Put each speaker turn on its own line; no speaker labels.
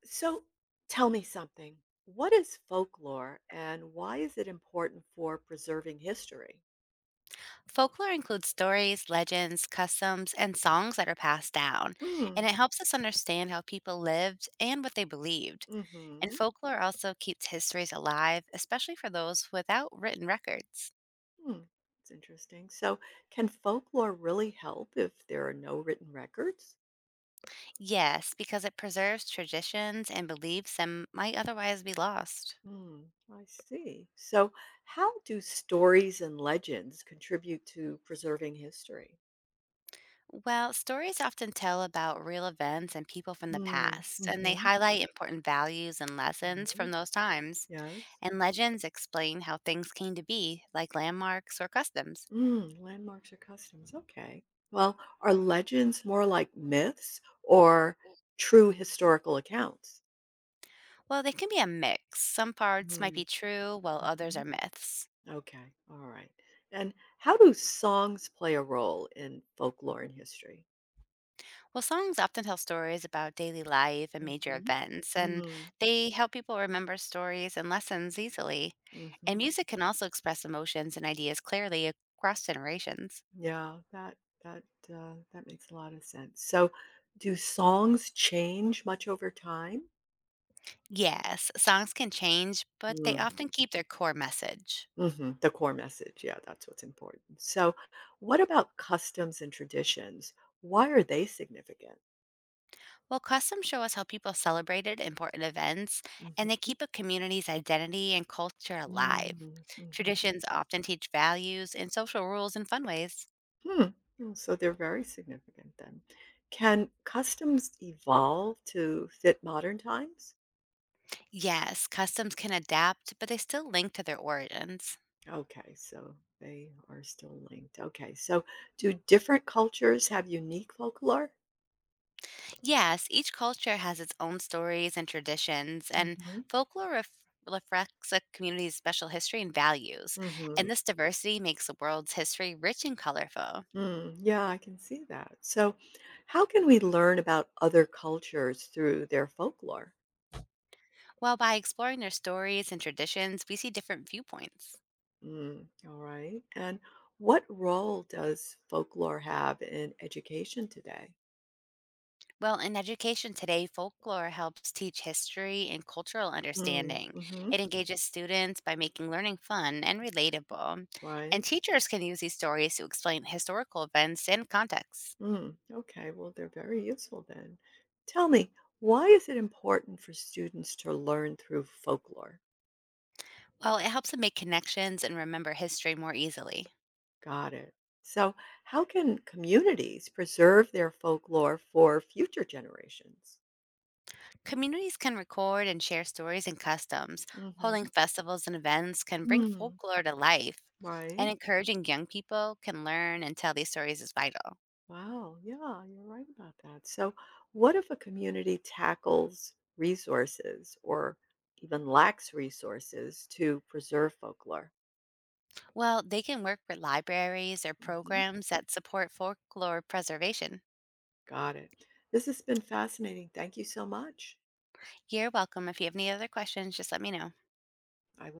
So tell me something. What is folklore and why is it important for preserving history?
Folklore includes stories, legends, customs, and songs that are passed down,
Hmm.
and it helps us understand how people lived and what they believed. And
Mm-hmm.
folklore also keeps histories alive, especially for those without written records.
Hmm. It's interesting. So can folklore really help if there are no written records?
Yes, because it preserves traditions and beliefs that might otherwise be lost.
Hmm, I see. So how do stories and legends contribute to preserving history?
Well, stories often tell about real events and people from the
Hmm.
past, and they
Mm-hmm.
highlight important values and lessons from those times.
Yes.
And legends explain how things came to be, like landmarks or customs.
Landmarks or customs. Okay. Well, are legends more like myths or true historical accounts?
Well, they can be a mix. Some parts might be
Mm,
true, while others are
mhm.
myths.
Okay. All right. And how do songs play a role in folklore and history?
Well, songs often tell stories about daily life and major
Mm-hmm.
events, and
Mm,
they help people remember stories and lessons easily. And
hmm.
music can also express emotions and ideas clearly across generations.
Yeah, that that makes a lot of sense. So, do songs change much over time?
Yes, songs can change, but they often keep their core message.
Mhm, the core message, yeah, that's what's important. So, what about customs and traditions? Why are they significant?
Well, customs show us how people celebrated important events, and they
Mhm,
keep a community's identity and culture alive.
mm, mhm.
Traditions often teach values and social rules in fun ways.
Hmm, oh, so they're very significant then. Can customs evolve to fit modern times?
Yes, customs can adapt, but they still link to their origins.
Okay, so they are still linked. Okay, so do different cultures have unique folklore?
Yes, each culture has its own stories and traditions, and
Hmm.
folklore ref- reflects a community's special history and values. And
Hmm.
this diversity makes the world's history rich and colorful.
Mm, yeah, I can see that. So, how can we learn about other cultures through their folklore?
While by exploring their stories and traditions, we see different viewpoints.
All right. And what role does folklore have in education today?
Well, in education today, folklore helps teach history and cultural
Mm,
understanding.
hmm.
It engages students by making learning fun and relatable. And
Right.
teachers can use these stories to explain historical events and contexts.
Mm, okay. Well, they're very useful then. Tell me, why is it important for students to learn through folklore?
Well, it helps them make connections and remember history more easily.
Got it. So, how can communities preserve their folklore for future generations?
Communities can record and share stories and customs. Holding
Mm-hmm.
festivals and events can bring
Mm.
folklore to life.
Right.
And encouraging young people can learn and tell these stories is vital.
Wow. Yeah, you're right about that. So, what if a community tackles resources or even lacks resources to preserve folklore?
Well, they can work with libraries or
Hmm.
programs that support folklore preservation.
Got it. This has been fascinating. Thank you so much.
You're welcome. If you have any other questions, just let me know.
I